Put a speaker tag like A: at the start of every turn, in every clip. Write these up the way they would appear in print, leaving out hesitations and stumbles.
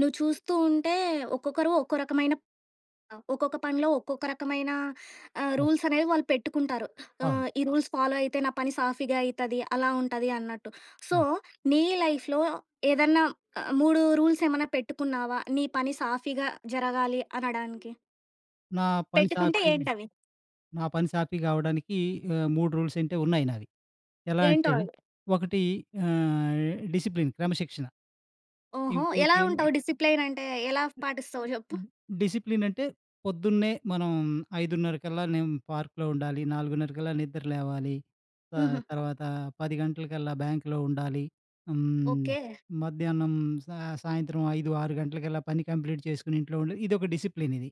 A: నువ్వు చూస్తూ ఉంటే ఒక్కొక్కరు ఒక్కో రకమైన ఒక్కొక్క పనిలో ఒక్కొక్క రకమైన
B: హ్మ్.
A: రూల్స్ అనేవి వాళ్ళు పెట్టుకుంటారు.
B: అవును.
A: ఈ రూల్స్ ఫాలో అయితే నా పని సాఫీగా అయితది. అలా ఉంటది అన్నట్టు. సో,
B: అవును.
A: నీ లైఫ్‌లో ఏదన్నా 3 రూల్స్ ఏమన్నా పెట్టుకున్నావా? నీ పని సాఫీగా జరగాలి అనడానికి.
B: నా పని
A: పెట్టుకుంటే
B: సాఫీ
A: ఏంటవి?
B: నా పని సాఫీగా అవ్వడానికి 3 రూల్స్ అంటే ఉన్నాయి నావి. ఎలా
A: ఏంటో
B: అంటే
A: అవి?
B: ఒకటి ఆహ్, డిసిప్లిన్, క్రమశిక్షణ.
A: ఓహో! ఎలా
B: ఇంకోటేమో
A: ఉంటావు డిసిప్లైన్ అంటే ఎలా పాటిస్తావు జెప్పు?
B: డిసిప్లిన్ అంటే పొద్దున్నే మనం 5:30 కల్లా నేను పార్క్‌లో ఉండాలి. 4:30 కల్లా నిద్ర లేవాలి. త
A: హుహు.
B: తర్వాత 10 గంటలకల్లా బ్యాంక్‌లో ఉండాలి. హ్మ్.
A: ఓకే.
B: మధ్యాహ్నం, సా సాయంత్రం 5, 6 గంటలకల్లా పని కంప్లీట్ చేసుకొని ఇంట్లో ఉండి ఇదొక డిసిప్లిన్ ఇది.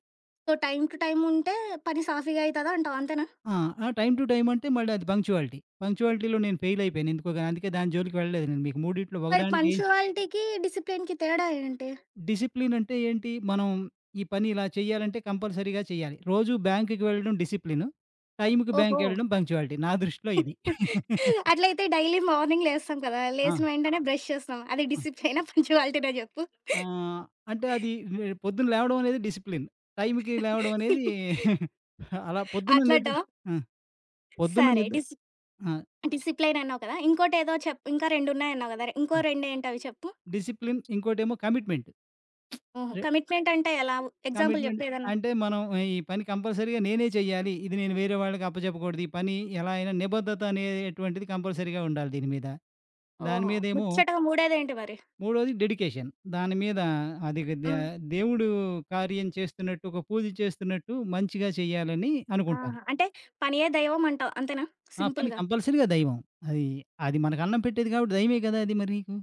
A: సో, టైమ్ టు టైమ్ ఉంటే పని సాఫీగా అయితదంటావు అంతేనా?
B: ఆ! ఆ! టైమ్ టు టైమ్ అంటే మళ్ళీ అది పంక్చువాలిటీ. పంక్చువాలిటీలో నేను ఫెయిల్ అయిపోయాను ఎందుకో గాని. అందుకే దాని జోలికి వెళ్ళలేదు నేను. మీకు మూడిట్లో
A: మరి
B: ఒకదాంటి
A: పంక్చువాలిటీకి, డిసిప్లిన్‌కి తేడా ఏంటి?
B: డిసిప్లిన్ అంటే ఏంటి? మనం ఈ పని ఇలా చేయాలంటే కంపల్సరీగా చేయాలి. రోజు బ్యాంక్‌కి వెళ్ళడం డిసిప్లిన్. టైమ్‌కి
A: ఓహో!
B: బ్యాంక్‌కెళ్ళడం పంక్చువాలిటీ. నా దృష్టిలో ఇది.
A: అట్లయితే డైలీ మార్నింగ్ లేస్తాం కదా!
B: ఆ!
A: లేసిన వెంటనే బ్రష్ చేస్తాం. అది
B: అవును.
A: డిసిప్లైనా పంక్చువాలిటీనా జెప్పు?
B: ఆహ్, అంటే అది పొద్దున లేవడం అనేది డిసిప్లిన్. టైమ్‌కి లేవడం అనేది అలా పొద్దున్న నిద్ర.
A: అట్లంటావా?
B: ఆ! పొద్దున్న
A: సరే.
B: నిద్ర.
A: డిసి
B: ఆ!
A: డిసిప్లైన్ అన్నావు కదా! ఇంకోటేదో చెప్ ఇంకా 2 ఉన్నాయన్నావు కదా! ఇంకో
B: ఆ!
A: 2 ఏంటవి చెప్పు?
B: Discipline, commitment.
A: ఓహో!
B: రె
A: కమిట్మెంట్ అంటే ఎలా? ఎగ్జాంపుల్
B: కమిట్మెంట్
A: జెప్పు ఏదన్నా?
B: అంటే మనం ఈ పని కంపల్సరీగా నేనే చెయ్యాలి. ఇది నేను వేరే వాళ్ళకి అప్పజెప్పకూడదు. ఈ పని ఎలా అయినా నిబద్ధత అనేటువంటిది కంపల్సరీగా ఉండాలి దీని మీద. దాని
A: ఓహో!
B: మీదేమో
A: ముచ్చటగా మూడేదేంటి మరి?
B: మూడోది డెడికేషన్. దాని మీద అది
A: హ్మ్.
B: దేవుడు కార్యం చేస్తున్నట్టు, ఒక పూజ చేస్తున్నట్టు మంచిగా చేయాలని అనుకుంటాను.
A: ఆహా! అంటే పనియే దైవం అంటావు అంతేనా?
B: ఆ! పని
A: సింపుల్‌గా.
B: కంపల్సరీగా దైవం. అది, అది మనకు అన్నం పెట్టేది కాబట్టి దైవమే కదా! అది మరి నీకు.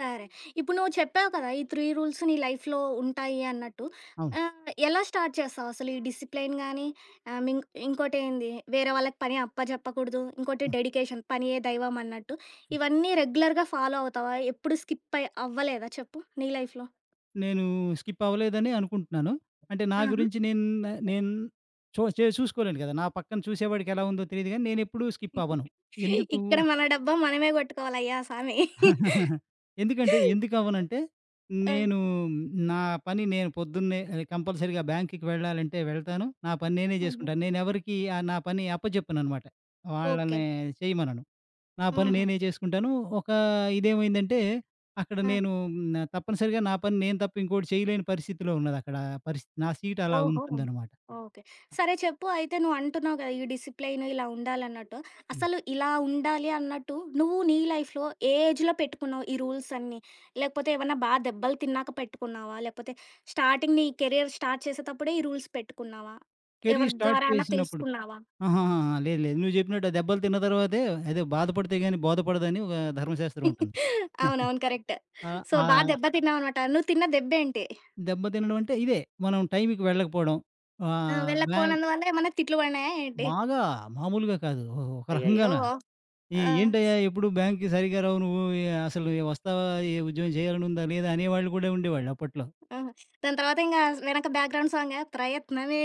A: సరే. ఇప్పుడు నువ్వు చెప్పావు కదా! ఈ 3 రూల్స్ నీ లైఫ్‌లో ఉంటాయి అన్నట్టు.
B: అవును.
A: ఎలా స్టార్ట్ చేస్తావు అసలు ఈ డిసిప్లైన్ గాని, ఆహ్, మింగ్ ఇంకోటేంది వేరే వాళ్ళకి పని అప్పజెప్పకూడదు. ఇంకోటి
B: హ్మ్.
A: డెడికేషన్ పనియే దైవం అన్నట్టు. ఇవన్నీ రెగ్యులర్‌గా ఫాలో అవుతావా? ఎప్పుడు స్కిప్ అయి అవ్వలేదా చెప్పు నీ లైఫ్‌లో?
B: నేను స్కిప్ అవ్వలేదని అనుకుంటున్నాను. అంటే నా
A: ఆహా!
B: గురించి నేను నేను చో చే చూసుకోలేను కదా! నా పక్కన చూసేవాడికి ఎలా ఉందో తెలీదు గానీ, నేనెప్పుడూ స్కిప్ అవ్వను. ఎందుకు
A: ఇక్కడ మన డబ్బా మనమే కొట్టుకోవాలయ్యా సామి!
B: ఎందుకవ్వనంటే,
A: ఆ!
B: నేను నా పని నేను పొద్దున్నే కంపల్సరీగా బ్యాంక్‌కి వెళ్ళాలంటే వెళ్తాను. నా పని నేనే జేసుకుంటాను. నేనెవరికీ నా పని అప్పజెప్పననమాట.
A: ఓకే.
B: వాళ్ళని చేయమనను. నా పని
A: హుహు.
B: నేనే చేసుకుంటాను. ఒక ఇదేమైందంటే, అక్కడ
A: ఆ!
B: నేను తప్పనిసరిగా నా పని నేను తప్ప ఇంకోటి చేయలేని పరిస్థితిలో ఉన్నదక్కడ. పరిస్థితి నా సీట్ అలా
A: ఓహో!
B: ఉంటుందనమాట.
A: ఓకే. సరే చెప్పు అయితే నువ్వంటున్నావు గదా! ఈ డిసిప్లెయిన్ ఇలా ఉండాలన్నట్టు.
B: హ్మ్.
A: అసలు ఇలా ఉండాలి అన్నట్టు నువ్వు నీ లైఫ్‌లో ఏ ఏజ్‌లో పెట్టుకున్నావు ఈ రూల్స్ అన్నీ? లేకపోతే ఏమన్నా దెబ్బలు తిన్నాక పెట్టుకున్నావా? లేకపోతే స్టార్టింగ్ నీ కెరియర్ స్టార్ట్ చేసేటప్పుడే ఈ రూల్స్ పెట్టుకున్నావా? ఎవరి
B: కెరీర్ స్టార్ట్
A: ద్వారా అన్నా
B: చేసినప్పుడు
A: తెలుసుకున్నావా?
B: ఆహాహాహా! లేదు, లేదు. నువ్వు జెప్పినట్టు ఆ దెబ్బలు తిన్న తర్వాతే అదే బాధపడితే గాని బోధపడదని ఒక ధర్మశాస్త్రం ఉంటుంది.
A: అవునవును. కరెక్ట్.
B: ఆ!
A: సో,
B: ఆ
A: దెబ్బ తిన్నావనమాట. నువ్వు తిన్న దెబ్బేంటి?
B: దెబ్బ తినడం అంటే ఇదే. మనం టైంకి వెళ్ళకపోవడం.
A: ఆ!
B: ఆహ్, బ్లాంక్
A: వెళ్ళకపోనందువల్ల ఏమన్నా తిట్లు పడినాయా ఏంటి?
B: బాగా మామూలుగా కాదు. ఓహ్! ఒక
A: అయ్యయ్యో!
B: రకంగాన "ఏ
A: ఆ!
B: ఏంటయ్యా! ఎప్పుడు బ్యాంక్‌కి సరిగ్గా రావు నువ్వు. ఏ అసలు ఏ వస్తావా? ఏ ఉద్యోగం చేయాలని ఉందా? లేదా?" అనేవాళ్ళు కూడా ఉండేవాళ్ళు అప్పట్లో.
A: ఆహా! దాని తర్వాత ఇంగ వెనక బ్యాక్‌గ్రౌండ్ సాంగా 'ప్రయత్నమే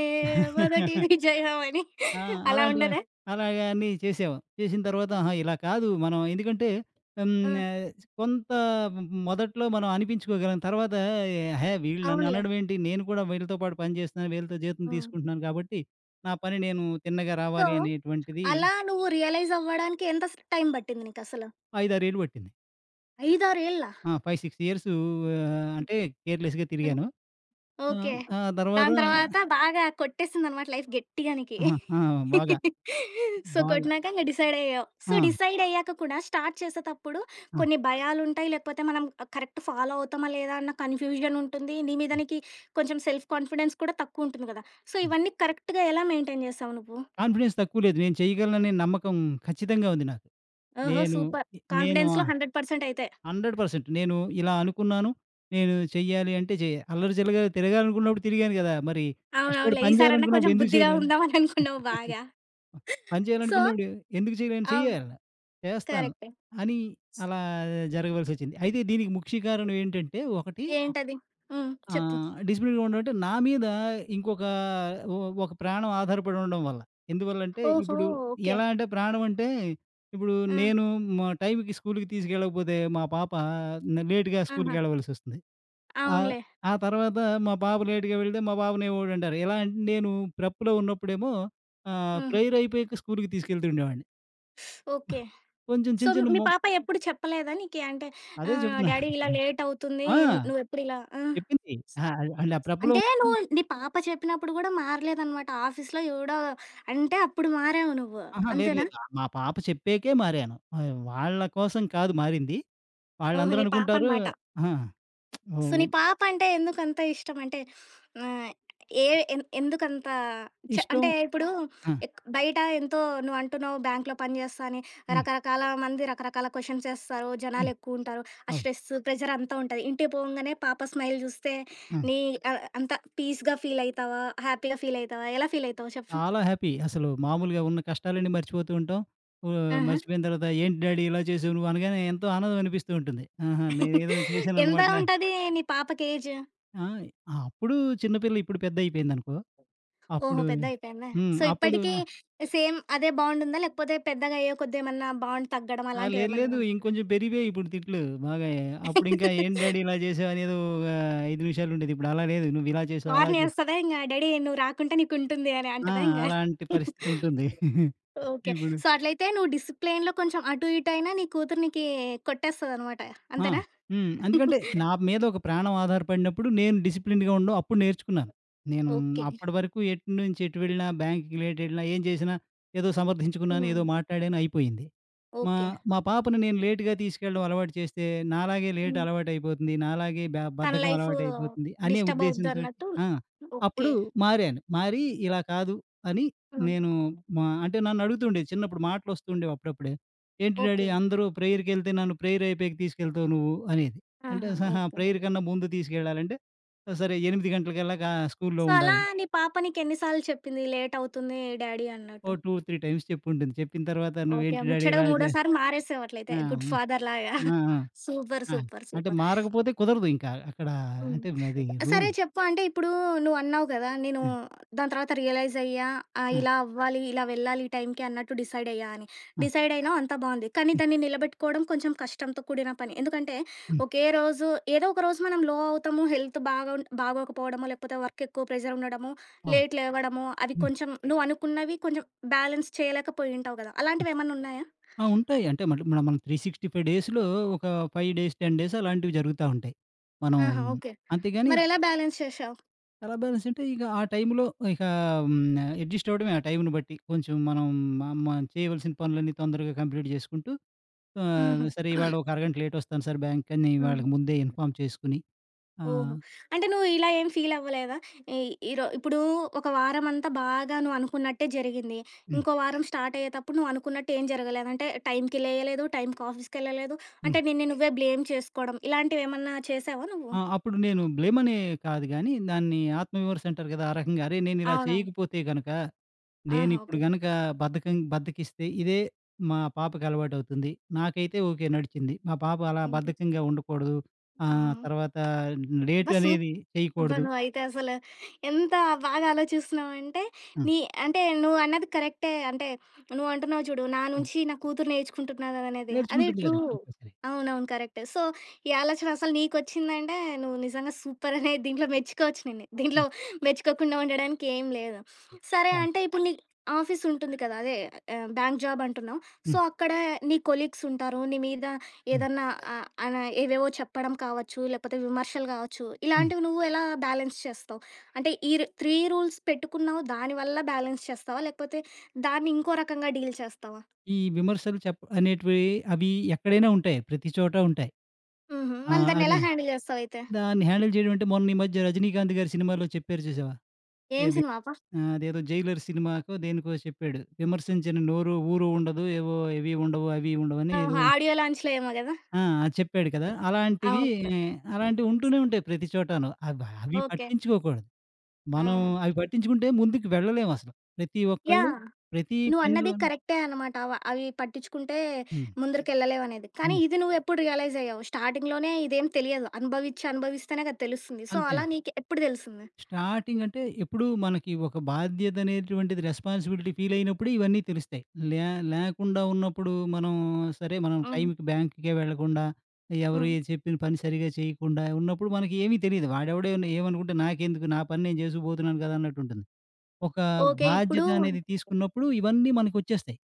A: మొదటి విజయం' అని
B: ఆ!
A: అలా
B: అలాంటివ
A: ఉండేదా?
B: అలాగ అన్నీ చేసేవాం. చేసిన తర్వాత ఆహా! ఇలా కాదు మనం ఎందుకంటే. హ్మ్.
A: ఆ!
B: ఆహ్, కొంత మొదట్లో మనం అనిపించుకోగలం. తర్వాత ఏ, హే! వీళ్ళు నన్ను
A: అవునులే.
B: అనడం ఏంటి? నేను కూడా వీళ్ళతో పాటు పని చేస్తున్నాను. వీళ్ళతో జీతం
A: హ్మ్.
B: తీసుకుంటున్నాను కాబట్టి నా పని నేను తిన్నగా
A: సో,
B: రావాలి అనేటువంటిది
A: అలా నువ్వు రియలైజ్ అవ్వడానికి ఎంత టైం పట్టింది నీకసలు?
B: 5, 6 ఏళ్ళు పట్టింది.
A: 5, 6 ఏళ్ళా?
B: ఆ! 5, 6 ఇయర్స్ అంటే కేర్‌లెస్‌గా తిరిగాను. ఆ!
A: ఓకే.
B: ఆ తర్వాత
A: దాని తర్వాత బాగా కొట్టేసిందనమాట లైఫ్ గట్టిగా నీకి.
B: అహా! ఆ! బాగా,
A: సో,
B: బాగా.
A: కొట్టినాక ఇంక డిసైడ్ అయ్యావు. సో,
B: ఆ!
A: డిసైడ్ అయ్యాక కూడా స్టార్ట్ చేసేతప్పుడు
B: ఆ!
A: కొన్ని భయాలుంటాయి. లేకపోతే మనం కరెక్ట్ ఫాలో అవుతామా లేదా అన్న కన్‌ఫ్యూజన్ ఉంటుంది. నీ మీద నీకి కొంచెం సెల్ఫ్ కాన్ఫిడెన్స్ కూడా తక్కువుంటుంది కదా! సో,
B: హ్మ్.
A: ఇవన్నీ కరెక్ట్‌గా ఎలా మెయింటైన్ చేసావు నువ్వు?
B: కాన్ఫిడెన్స్ తక్కువ లేదు. నేను చేయగలననే నమ్మకం ఖచ్చితంగా ఉంది నాకు.
A: ఓహో!
B: నేను
A: సూపర్.
B: నేను ఆ!
A: కాన్ఫిడెన్స్‌లో 100% అయితే.
B: 100% నేను ఇలా అనుకున్నాను. నేను చెయ్యాలి అంటే చేయ అల్లరి చిల్లరగా తిరగాలనుకున్నప్పుడు తిరిగాను గదా! మరి కష్టపడి
A: అవునవునులే.
B: పని
A: ఈసారన్నా కొంచెం
B: చేయాలనుకున్నప్పుడు ఎందుకు
A: బుద్ధిగా
B: చేయలేను?
A: ఉందాం అని అనుకున్నావు బాగా.
B: పని
A: సో,
B: చేయాలనుకున్నప్పుడు ఎందుకు చేయలేను?
A: అవును.
B: చెయ్యాల. చేస్తాను
A: కరెక్టే.
B: అని అలా జరగవలసొచ్చింది. అయితే దీనికి ముఖ్య కారణం ఏంటంటే ఒకటి,
A: ఏంటది? హ్మ్.
B: ఆ!
A: చెప్పు.
B: డిసిప్లిన్‌గా ఉండడం అంటే నా మీద ఇంకొక ఒ ఒక ప్రాణం ఆధారపడి ఉండడం వల్ల. ఎందువల్లంటే
A: ఓహో!
B: ఇప్పుడు
A: ఓకే.
B: ఎలా అంటే ప్రాణం అంటే ఇప్పుడు
A: ఆ!
B: నేను మా టైంకి స్కూలుకి తీసుకెళ్ళకపోతే మా పాప లేట్‌గా
A: ఆహా!
B: స్కూలుకెళ్ళవలసొస్తుంది. ఆహ్,
A: అవునులే.
B: ఆ తర్వాత మా పాప లేట్‌గా వెళ్తే మా బాబుని ఏవోడంటారు. ఎలా అంటే నేను ప్రెప్‌లో ఉన్నప్పుడేమో,
A: హుహు.
B: ప్రేయర్ అయిపోయాక స్కూలుకి తీసుకెళ్తుండేవాడిని.
A: ఓకే.
B: కొంచెం
A: సో,
B: చిన్న చిన్న
A: మీ
B: మొ
A: పాప ఎప్పుడు చెప్పలేదా నీకి? అంటే
B: అదే చెప్తున్నాను.
A: డాడీ ఇలా లేట్ అవుతుంది.
B: ఆ!
A: నువ్వెప్పుడు ఇలా ఆ!
B: చెప్పింది. ఆ! అంటే ఆ ప్రెప్‌లో.
A: అంటే నువ్వు నీ పాప చెప్పినప్పుడు గూడా మారలేదనమాట. ఆఫీస్‌లో ఎవడో అంటే అప్పుడు మారావు నువ్వు.
B: అహా! లేదు
A: అంతేనా?
B: లేదు. మా పాప చెప్పాకే మారాను. వాళ్ళ కోసం కాదు మారింది.
A: ఓహో!
B: వాళ్ళందరూ
A: నీ
B: అనుకుంటారు.
A: పాపనమాట.
B: ఆ!
A: సో,
B: ఓహ్!
A: నీ పాప అంటే ఎందుకంత ఇష్టం? అంటే ఆహ్, ఏ ఎన్ ఎందుకంత చ
B: ఇష్టం.
A: అంటే ఇప్పుడు
B: ఆ!
A: బయట ఎంతో నువ్వు అంటున్నావు బ్యాంక్‌లో పని చేస్తా అని.
B: హ్మ్.
A: రకరకాల మంది రకరకాల క్వెషన్స్ ఏస్తారు.
B: హ్మ్.
A: జనాలెక్కువుంటారు. ఆ
B: అవును.
A: స్ట్రెస్, ప్రెషర్ అంతా ఉంటది. ఇంటికి పోవంగానే పాప స్మైల్ చూస్తే
B: ఆ!
A: నీ అంత పీస్‌గా ఫీల్ అయితావా? హ్యాపీగా ఫీల్ అయితావా? ఎలా ఫీల్ అయితావు చెప్పు?
B: చాలా హ్యాపీ. అసలు మామూలుగా ఉన్న కష్టాలన్నీ మర్చిపోతూ ఉంటాం.
A: ఆహా!
B: మర్చిపోయిన తర్వాత ఏంటి డ్యాడీ ఇలా చేసావు నువ్వు అనగానే ఎంతో ఆనందం అనిపిస్తూ ఉంటుంది. ఆహా! నేనేదో
A: ఎంత
B: చేశాననమాట.
A: ఉంటది నీ పాపకి ఏజ్?
B: ఆ! అప్పుడు చిన్నపిల్ల ఇప్పుడు పెద్ద అయిపోయిందనుకో.
A: ఓహో!
B: అప్పుడు.
A: పెద్దయిపోయిందా?
B: హ్మ్.
A: సో,
B: అప్పుడు.
A: ఇప్పటికి సేమ్ అదే బాండుందా? లేకపోతే పెద్దగా అయ్యే కొద్దీ ఏమన్నా బాండ్ తగ్గడం
B: ఆ! లేదు,
A: అలాంటివేమన్నా
B: లేదు.
A: ఉన్నాయా?
B: ఇంకొంచెం పెరిగిపోయాయి ఇప్పుడు తిట్లు బాగా. అప్పుడు ఇంకా "ఏంటి డాడీ ఇలా చేసావు" అనేదో ఒక 5 నిమిషాలు ఉండేది. ఇప్పుడు అలా లేదు. "నువ్వు ఇలా చేసావు, అలా
A: వార్న్
B: చేసావు".
A: చేస్తదా ఇంగ డాడీ నువ్వు రాకుంటే నీకుంటుంది అని
B: ఆ!
A: అంటదా ఇంగ?
B: అలాంటి పరిస్థితి ఉంటుంది.
A: ఓకే.
B: ఇప్పుడు.
A: సో, అట్లయితే నువ్వు డిసిప్లైన్‌లో కొంచెం అటు ఇటు అయినా నీ కూతురు నీకీ కొట్టేస్తదనమాట.
B: ఆ!
A: అంతేనా?
B: హ్మ్. ఎందుకంటే నా మీద ఒక ప్రాణం ఆధారపడినప్పుడు నేను డిసిప్లిన్‌గా ఉండడం అప్పుడు నేర్చుకున్నాను. నేను
A: ఓకే.
B: అప్పటి వరకు ఎటు నుంచి ఎటు వెళ్ళినా, బ్యాంక్‌కి లేట్ వెళ్ళినా, ఏం చేసినా ఏదో సమర్థించుకున్నాను, ఏదో
A: హ్మ్.
B: మాట్లాడాను అయిపోయింది. మా
A: ఓకే.
B: మా పాపను నేను లేట్‌గా తీసుకెళ్ళడం అలవాటు చేస్తే నాలాగే లేట్
A: హ్మ్.
B: అలవాటయిపోతుంది. నాలాగే
A: తన
B: బద్ధకం
A: లైఫు
B: అలవాటయిపోతుంది అనే
A: డిస్టర్బ్
B: ఉద్దేశ్యంతోటి,
A: అవుద్దన్నట్టు
B: ఆ!
A: ఓకే.
B: అప్పుడు మారాను. మారి ఇలా కాదు అని
A: హ్మ్.
B: నేను మా అంటే నన్ను అడుగుతుండేది చిన్నప్పుడు మాటలొస్తుండేవి అప్పుడప్పుడే. ఏంటి డాడీ
A: ఓకే.
B: అందరూ ప్రేయర్‌కెళ్తే నన్ను ప్రేయర్ అయిపోయాక తీసుకెళ్తావు నువ్వు అనేది. అంటే
A: ఆహా!
B: అహా!
A: ఓకే.
B: ప్రేయర్ కన్నా ముందు తీసుకెళ్ళాలంటే, సరే 8 గంటలకల్లా స్కూల్‌లో
A: సో, అలా
B: ఉండాలి.
A: నీ పాప నీకెన్ని సార్లు చెప్పింది లేట్ అవుతుంది డాడీ
B: ఓ
A: అన్నట్టు?
B: 2, 3 టైమ్స్ చెప్పుంటుంది. చెప్పిన తర్వాత
A: ఓకే.
B: నువ్వేంటి డాడీ
A: ముచ్చటగా
B: ఇలా చే
A: మూడోసారి మారేసావు అట్లయితే
B: ఆ!
A: గుడ్
B: హ్మ్.
A: ఫాదర్ లాగా.
B: ఆ! ఆ!
A: సూపర్.
B: ఆ!
A: సూపర్.
B: అంటే
A: సూపర్.
B: మారకపోతే కుదరదు ఇంకా అక్కడ.
A: హ్మ్.
B: అంటే అది
A: సరే
B: రూల్.
A: చెప్పు అంటే ఇప్పుడు నువ్వన్నావు కదా! నేను
B: ఆ!
A: దాని తర్వాత రియలైజ్ అయ్యా.
B: ఆ!
A: ఇలా అవ్వాలి, ఇలా వెళ్ళాలి ఈ టైంకి అన్నట్టు డిసైడ్ అయ్యా అని.
B: ఆ!
A: డిసైడ్ అయినావు అంతా బావుంది. కానీ
B: హ్మ్.
A: దాన్ని నిలబెట్టుకోవడం కొంచెం కష్టంతో కూడిన పని. ఎందుకంటే
B: హ్మ్.
A: ఒకే రోజు ఏదో ఒక రోజు మనం లో అవుతాము. హెల్త్ బాగా బాగోకపోవడమో, లేకపోతే వర్క్ ఎక్కువ ప్రెషర్ ఉండడమో,
B: అవును.
A: లేట్ లేవడమో అవి
B: హ్మ్.
A: కొంచెం నువ్వు అనుకున్నవి కొంచెం బ్యాలెన్స్ చేయలేకపోయి ఉంటావు కదా!
B: హ్మ్.
A: అలాంటివేమన్నా ఉన్నాయా?
B: ఆ! ఉంటాయి. అంటే మళ్ళీ మనం 365 డేస్‌లో ఒక 5 డేస్, 10 డేస్ అలాంటివి జరుగుతా ఉంటాయి. మనం
A: ఆహా! ఓకే.
B: అంతేగాని
A: మరెలా బ్యాలెన్స్ చేశావు?
B: ఎలా బ్యాలెన్స్ అంటే ఇక ఆ టైంలో ఇక, హ్మ్, అడ్జస్ట్ అవ్వడమే ఆ టైంని బట్టి. కొంచెం మనం మనం చేయవలసిన పనులన్నీ తొందరగా కంప్లీట్ చేసుకుంటూ
A: హుహు.
B: సరే ఇవాళ ఒక అరగంట లేట్ వస్తాను సార్ బ్యాంక్‌కని
A: హ్మ్.
B: వాళ్ళకి ముందే ఇన్ఫార్మ్ చేసుకొని.
A: ఓహో!
B: ఆహ్,
A: అంటే నువ్వు ఇలా ఏం ఫీల్ అవ్వలేదా? ఈ ఈరో ఇప్పుడు ఒక వారమంతా బాగా నువ్వు అనుకున్నట్టే జరిగింది.
B: హ్మ్.
A: ఇంకో వారం స్టార్ట్ అయ్యేతప్పుడు నువ్వు అనుకున్నట్టు ఏం జరగలేదు. అంటే టైంకి లేయలేదు, టైంకి ఆఫీస్‌కెళ్ళలేదు.
B: హ్మ్.
A: అంటే నిన్ను నువ్వే బ్లేమ్ చేసుకోవడం ఇలాంటివేమన్నా చేసావా నువ్వు?
B: ఆ! అప్పుడు నేను కాదు గానీ దాన్ని ఆత్మవిమర్శ అంటారు కదా! ఆ రకంగా అరే! నేనిలా
A: అవునా?
B: చేయకపోతే గనక
A: ఆహా!
B: నేనిప్పుడు
A: ఓకే.
B: గనక బద్ధకిస్తే ఇదే మా పాపకి అలవాటవుతుంది. నాకైతే ఓకే నడిచింది. మా పాప అలా
A: హుహు.
B: బద్ధకంగా ఉండకూడదు.
A: ఆహా!
B: తర్వాత లేట్
A: అబ్బా!
B: అనేది
A: అబ్బా!
B: చేయకూడదు.
A: నువ్వయితే అసలు ఎంత బాగా ఆలోచిస్తున్నావంటే,
B: ఆ!
A: నీ అంటే నువ్వు అన్నది కరెక్టే. అంటే నువ్వు అంటున్నావు చూడు, నా
B: ఆ!
A: నుంచి నా కూతురు నేర్చుకుంటున్నదనేది. అది
B: నేర్చుకుంటుంది
A: ట్రూ.
B: గదా! కంపల్సరీ.
A: అవునవును. కరెక్టే. సో, ఈ ఆలోచన అసలు నీకొచ్చిందంటే నువ్వు నిజంగా సూపర్ అనే దీంట్లో మెచ్చుకోవచ్చు నిన్ను. దీంట్లో
B: ఓకే.
A: మెచ్చుకోకుండా ఉండడానికి ఏం లేదు. సరే
B: థాంక్స్.
A: అంటే ఇప్పుడు నీ ఆఫీస్ ఉంటుంది కదా! అదే బ్యాంక్ జాబ్ అంటున్నావు. సో,
B: హ్మ్.
A: అక్కడ నీ కొలీగ్స్ ఉంటారు. నీ మీద
B: హ్మ్.
A: ఏదన్నా ఆయన ఏవేవో చెప్పడం కావచ్చు, లేకపోతే విమర్శలు కావచ్చు.
B: హ్మ్.
A: ఇలాంటివి నువ్వు ఎలా బ్యాలెన్స్ చేస్తావు? అంటే ఈ 3 రూల్స్ పెట్టుకున్నావు దానివల్ల బ్యాలెన్స్ చేస్తావా? లేకపోతే దాన్ని ఇంకో రకంగా డీల్ చేస్తావా?
B: ఈ విమర్శలు అనేటివి అవి ఎక్కడైనా ఉంటాయి. ప్రతి చోట ఉంటాయి.
A: హుహు.
B: ఆ!
A: మళ్ళీ దాన్ని ఎలా
B: అది
A: హ్యాండిల్ చేస్తావయితే?
B: దాన్ని హ్యాండిల్ చేయడం అంటే మొన్న ఈ మధ్య 'రజనీకాంత్' గారి సినిమాలో చెప్పారు చూసావా?
A: ఏం
B: ఏది
A: సినిమా అబ్బా?
B: ఆ! అదేదో 'జైలర్' సినిమాకో దేనికో చెప్పాడు. విమర్శించని నోరు ఊరు ఉండదు. ఏవో ఇవి ఉండవు, అవి ఉండవని ఏదో
A: ఆహా! 'ఆడియో లాంచ్‌లో' ఏమో గదా!
B: ఆ! అది చెప్పాడు కదా! అలాంటివి
A: అవునవును.
B: అలాంటివి ఉంటూనే ఉంటాయి ప్రతి చోటాను. అవి అవి
A: ఓకే.
B: పట్టించుకోకూడదు. మనం
A: ఆహా!
B: అవి పట్టించుకుంటే ముందుకు వెళ్ళలేమసలు. ప్రతి ఒక్కళ్ళు
A: యాహ్!
B: ప్రతి
A: నువ్వన్నది
B: పనిలోను.
A: కరెక్టే అనమాట. అవి పట్టించుకుంటే
B: హ్మ్.
A: ముందరికెళ్ళలేవనేది. కానీ
B: హ్మ్.
A: ఇది నువ్వెప్పుడు రియలైజ్ అయ్యావు? స్టార్టింగ్‌లోనే ఇదేం తెలియదు. అనుభవిచ్చి అనుభవిస్తేనే కదా తెలుస్తుంది. సో,
B: అంతే
A: అలా
B: అండి.
A: నీకు ఎప్పుడు తెలిసింది?
B: స్టార్టింగ్ అంటే ఎప్పుడు మనకి ఒక బాధ్యత అనేటువంటిది రెస్పాన్సిబిలిటీ ఫీల్ అయినప్పుడు ఇవన్నీ తెలుస్తాయి. లే లేకుండా ఉన్నప్పుడు మనం సరే మనం
A: హ్మ్.
B: టైంకి బ్యాంక్‌కే వెళ్ళకుండా, ఎవరు
A: హ్మ్.
B: ఏది చెప్పిన పని సరిగ్గా చేయకుండా ఉన్నప్పుడు మనకి ఏమీ తెలీదు. వాడెవడో ఏమనుకుంటే నాకెందుకు నా పని నేను చేసుకుపోతున్నాను కదా! అన్నట్టుంటుంది. ఒక
A: ఓకే. ఇప్పుడు
B: బాధ్యత అనేది తీసుకున్నప్పుడు ఇవన్నీ మనకొచ్చేస్తాయి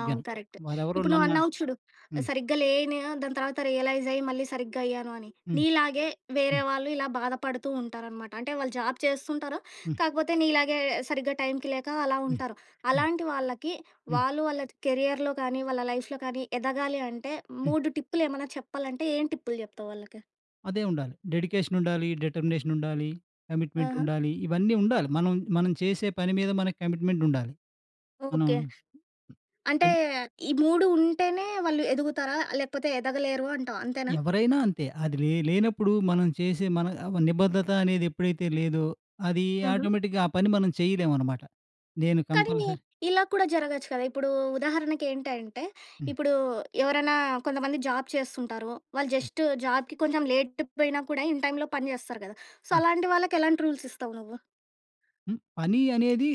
A: అవును. కరెక్ట్.
B: వారెవరో
A: ఇప్పుడు
B: నన్ను.
A: నువ్వన్నావు చూడు.
B: హ్మ్.
A: సరిగ్గా లేను దాని తర్వాత రియలైజ్ అయ్యి మళ్ళీ సరిగ్గా అయ్యాను అని.
B: హ్మ్.
A: నీలాగే వేరే
B: హ్మ్.
A: వాళ్ళు ఇలా బాధపడుతూ ఉంటారనమాట. అంటే వాళ్ళు జాబ్ చేస్తుంటారు.
B: హ్మ్.
A: కాకపోతే నీలాగే సరిగ్గా టైంకి లేక అలా
B: హ్మ్.
A: ఉంటారు.
B: హ్మ్.
A: అలాంటి వాళ్ళకి
B: హ్మ్.
A: వాళ్ళు వాళ్ళ కెరియర్‌లో కానీ, వాళ్ళ లైఫ్‌లో కానీ ఎదగాలి అంటే
B: హ్మ్.
A: 3 టిప్పులేమన్నా చెప్పాలంటే ఏం టిప్పులు చెప్తావు వాళ్ళకి?
B: అదే ఉండాలి. డెడికేషన్ ఉండాలి, డిటర్మినేషన్ ఉండాలి, కమిట్మెంట్
A: ఆహా!
B: ఉండాలి. ఇవన్నీ ఉండాలి. మనం మనం చేసే పని మీద మనకు కమిట్మెంట్ ఉండాలి. మనం
A: ఓకే. అంటే
B: అది
A: ఈ 3 ఉంటేనే వాళ్ళు ఎదుగుతారా? లేకపోతే ఎదగలేరు అంటావు. అంతేనా?
B: ఎవరైనా అంతే. అది లేనప్పుడు మనం చేసే మన నిబద్ధత అనేది ఎప్పుడైతే లేదో అది
A: హుహు.
B: ఆటోమేటిక్‌గా ఆ పని మనం చేయలేమనమాట. నేను
A: కానీ
B: కంపల్సరీ.
A: ఇలా కూడా జరగొచ్చు కదా! ఇప్పుడు ఉదాహరణకేంటంటే,
B: హ్మ్.
A: ఇప్పుడు ఎవరైనా కొంతమంది జాబ్ చేస్తుంటారు. వాళ్ళు
B: హ్మ్.
A: జస్ట్ జాబ్‌కి కొంచెం లేట్ పోయినా కూడా ఇన్ టైమ్‌లో పని జేస్తారు గదా! సో,
B: హ్మ్.
A: అలాంటి వాళ్ళకి ఎలాంటి రూల్స్ ఇస్తావు నువ్వు?
B: హ్మ్. పని అనేది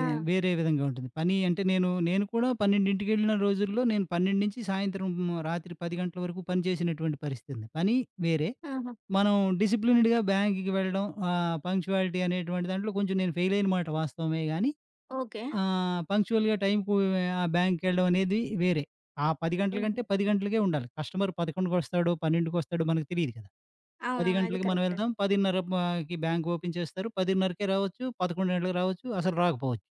A: ఆ!
B: వేరే విధంగా ఉంటుంది. పని అంటే నేను నేను కూడా 12కి వెళ్ళిన రోజుల్లో నేను 12 నుంచి సాయంత్రం రాత్రి 10 గంటల వరకు పని చేసినటువంటి పరిస్థితి ఉంది. పని వేరే.
A: ఆహా!
B: మనం డిసిప్లిన్డ్‌గా బ్యాంక్‌కి వెళ్ళడం పంక్చువాలిటీ అనేటువంటి దాంట్లో కొంచెం నేను ఫెయిల్ అయిన మాట వాస్తవమే గానీ,
A: ఓకే.
B: పంక్చువల్‌గా టైంకు ఆ బ్యాంక్‌కెళ్ళడం అనేది వేరే. ఆ 10 గంటల
A: హుహు.
B: కంటే 10 గంటలకే ఉండాలి. కస్టమర్ 11:00కొస్తాడో, 12:00కొస్తాడో మనకు తెలీదు కదా! 10
A: అవునవును. అది
B: గంటలకి మనం
A: కరెక్టే.
B: వెళ్దాం. 10:30కి బ్యాంక్ ఓపెన్ చేస్తారు. 10:30కే రావచ్చు. 11 గంటలకు రావచ్చు. అసలు రాకపోవచ్చు.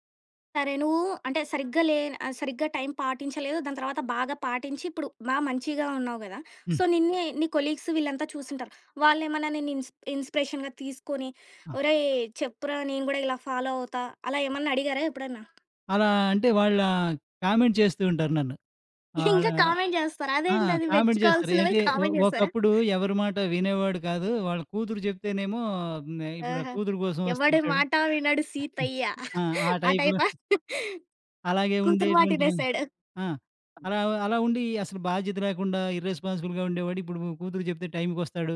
A: సరే. నువ్వు అంటే సరిగ్గా సరిగ్గా టైం పాటించలేదు. దాని తర్వాత బాగా పాటించి ఇప్పుడు మంచిగా ఉన్నావు గదా! సో,
B: హ్మ్.
A: నిన్నే నీ కొలీగ్స్ వీళ్ళంతా చూసుంటారు. వాళ్ళేమన్నా నిన్ను ఇన్స్‌పిరేషన్‌గా తీసుకొని
B: ఆ!
A: "ఒరేయ్! చెప్పురా నేను గూడా ఇలా ఫాలో అవుతా" అలా ఏమన్నా అడిగారా ఎప్పుడన్నా?
B: అలా అంటే కామెంట్ చేస్తూ ఉంటారు నన్ను. ఆళ్ళ
A: ఇంకా కామెంట్ జేస్తారు.
B: ఆ!
A: అదేంటది
B: కామెంట్ చేస్తారు.
A: మెచ్చుకోవాల్సినవి
B: అంటే
A: కామెంట్ జేస్తారా?
B: ఒకప్పుడు ఎవరి మాట వినేవాడు కాదు. వాళ్ళ కూతురు చెప్తేనేమో, హ్మ్, ఇప్పుడు ఆ
A: ఆహా!
B: కూతురు కోసం
A: "ఎవడి
B: వస్తుంటాడు.
A: మాట వినడు సీతయ్య"
B: ఆ! ఆ
A: ఆ
B: టైప్‌లో
A: టైపా?
B: అలాగే
A: కూతురు మాట
B: ఉండేటువంటి వ
A: ఇనేసాడు.
B: ఆ! అలా అలా ఉండి అసలు బాధ్యత లేకుండా ఇర్రెస్పాన్సిబుల్‌గా ఉండేవాడు. ఇప్పుడు కూతురు చెప్తే టైంకొస్తాడు.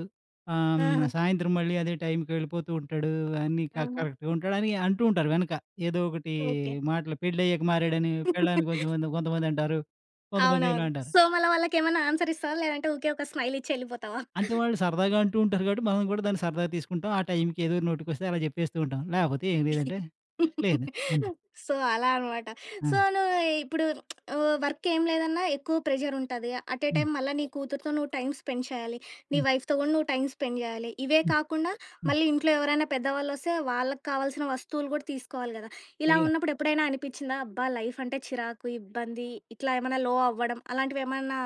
A: ఆహా!
B: సాయంత్రం మళ్ళీ అదే టైంకి వెళ్ళిపోతూ ఉంటాడు. అన్నీ
A: ఆహా!
B: కరెక్ట్‌గా ఉంటాడు అని అంటూ ఉంటారు వెనక. ఏదో ఒకటి
A: ఓకే.
B: మాటలు పెళ్ళయ్యాక మారాడని, పెళ్ళాన్ని కొంచెం కొంతమంది అంటారు. కొంతమంది ఇలా
A: అవునవును.
B: అంటారు.
A: సో, మళ్ళా వాళ్ళకేమన్నా ఆన్సర్ ఇస్తావా? లేదంటే ఊకే ఒక స్మైల్ ఇచ్చి ఎళ్ళిపోతావా?
B: అంటే వాళ్ళు సరదాగా అంటూ ఉంటారు కాబట్టి, మనం కూడా దాన్ని సరదాగా తీసుకుంటాం. ఆ టైంకి ఏదో నోటికొస్తే అలా చెప్పేస్తూ ఉంటాం. లేకపోతే ఏం లేదంటే, లేదు అంతే.
A: సో, అలా అనమాట.
B: ఆ!
A: సో, నువ్వు ఇప్పుడు వర్క్ ఏం లేదన్నా ఎక్కువ ప్రెషర్ ఉంటది. అట్ ఏ
B: హ్మ్.
A: టైమ్ మళ్ళా నీ కూతురుతో నువ్వు టైమ్ స్పెండ్ చేయాలి. నీ
B: హ్మ్.
A: వైఫ్‌తో గూడా నువ్వు టైమ్ స్పెండ్ జేయాలి. ఇవే
B: హ్మ్.
A: కాకుండా
B: హ్మ్.
A: మళ్ళీ ఇంట్లో ఎవరైనా పెద్దవాళ్ళొస్తే వాళ్ళకి కావాల్సిన వస్తువులు గూడా తీసుకోవాలి గదా! ఇలా
B: చెయ్యాలి.
A: ఉన్నప్పుడు ఎప్పుడైనా అనిపిచ్చిందా? అబ్బా! లైఫ్ అంటే చిరాకు, ఇబ్బంది ఇట్లా ఏమన్నా లో అవ్వడం అలాంటివేమన్నా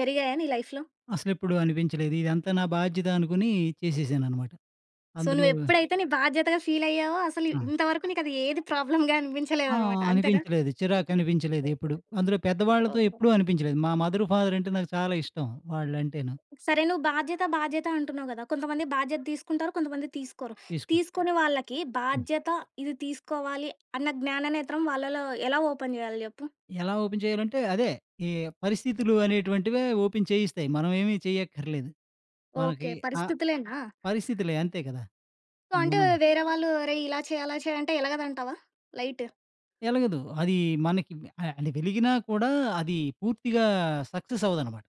A: జరిగాయా నీ లైఫ్‌లో?
B: అసలెప్పుడు అనిపించలేదు. ఇదంతా నా బాధ్యత అనుకుని చేసేసాననమాట.
A: సో,
B: అందులో
A: నువ్వెప్పుడైతే నీ బాధ్యతగా ఫీలయ్యావో అసలు
B: ఆ!
A: ఇంతవరకు నీకది ఏది ప్రాబ్లమ్‌గా
B: ఆ!
A: అనిపించలేదనమాట. అంతేనా?
B: అనిపించలేదు. చిరాకనిపించలేదు ఎప్పుడు. అందులో పెద్దవాళ్ళతో
A: ఓహో!
B: ఎప్పుడూ అనిపించలేదు. మా మదర్, ఫాదర్ అంటే నాకు చాలా ఇష్టం వాళ్ళంటేను.
A: సరే నువ్వు బాధ్యత, బాధ్యత అంటున్నావు గదా! కొంతమంది బాధ్యత తీసుకుంటారు. కొంతమంది తీసుకోరు.
B: తీసుకో
A: తీసుకోని వాళ్ళకి
B: హ్మ్.
A: బాధ్యత ఇది తీసుకోవాలి అన్న జ్ఞాననేత్రం వాళ్ళలో ఎలా ఓపెన్ జేయాలి జెప్పు?
B: ఎలా ఓపెన్ చేయాలంటే అదే, ఈ పరిస్థితులు అనేటువంటివే ఓపెన్ చేయిస్తాయి. మనమేమి చేయక్కర్లేదు.
A: ఓకే.
B: మనకి ఆ
A: పరిస్థితులేనా?
B: పరిస్థితులే అంతే కదా!
A: సో, అంటే
B: మనం
A: వేరే వాళ్ళు "అరేయ్! ఇలా చేయి, అలా చేయి" అంటే ఎలగదంటావా? లైట్.
B: ఎలగదు. అది మనకి అంటే వెలిగినా కూడా అది పూర్తిగా సక్సెస్ అవ్వదనమాట.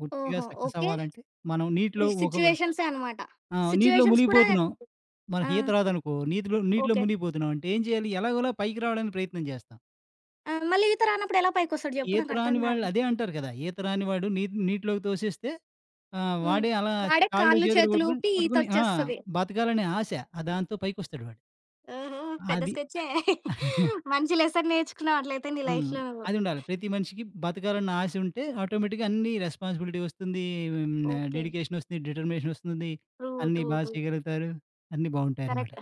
B: పూర్తిగా
A: ఓహో!
B: Success
A: okay.
B: అవ్వాలంటే మనం నీటిలో ఒక
A: సిట్యుయేషన్సే అనమాట.
B: ఆ! నీటిలో
A: సిట్యుయేషన్స్ కూడా
B: మునిగిపోతున్నాం.
A: ఆ!
B: మనకి ఈత రాదనుకో నీటిలో
A: ఓకే.
B: మునిగిపోతున్నాం అంటే ఏం చేయాలి? ఎలాగోలా పైకి రావడానికి ప్రయత్నం చేస్తాం.
A: ఆ! మళ్ళీ ఈత రానప్పుడు ఎలా పైకొస్తాడు జెప్పు?
B: ఈత
A: నాకర్థం
B: రాని వాళ్ళు
A: గాదు.
B: అదే అంటారు కదా! ఈత రాని వాడు నీటిలోకి తోసేస్తే
A: హ్మ్.
B: వాడే అలా
A: వాడే
B: కాళ్ళు
A: కాళ్ళు,
B: చేతులు
A: చేతులు
B: కొట్టుకొని,
A: ఊపి
B: పట్టుకొని ఆ!
A: ఈతొచ్చేస్తది.
B: బతకాలనే ఆశ. ఆ దాంతో పైకొస్తాడు వాడు.
A: ఓహో! పెద్ద
B: అది
A: స్కెచ్చే. మంచి లెసన్ నేర్చుకున్నావు అట్లయితే నీ
B: హ్మ్.
A: లైఫ్‌లో నువ్వు.
B: అదుండాలి. ప్రతి మనిషికి బతకాలన్న ఆశ ఉంటే ఆటోమేటిక్‌గా అన్ని రెస్పాన్సిబిలిటీ వస్తుంది. హ్మ్.
A: ఓకే.
B: డెడికేషన్ వస్తుంది. డిటర్మినేషన్ వస్తుంది.
A: ట్రూ.
B: అన్నీ
A: ట్రూ.
B: బా
A: ట్రూ.
B: చేయగలుగుతారు. అన్నీ బావుంటాయన్నమాట.
A: కరెక్ట్.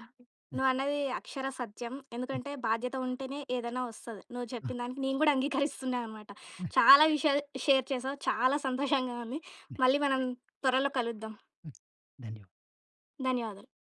B: ఆ!
A: నువ్వన్నది అక్షర సత్యం.
B: హ్మ్.
A: ఎందుకంటే బాధ్యత ఉంటేనే ఏదైనా వస్తది. నువ్వు
B: ఆ!
A: చెప్పిన దానికి నేను గూడా అంగీకరిస్తున్నా అనమాట.
B: ఆ!
A: చాలా విషయాలు షేర్ చేసావు. చాలా సంతోషంగా ఉంది. మళ్ళీ మనం త్వరలో కలుద్దాం.
B: ధన్యవాదాలు.
A: ధన్యవాదాలు.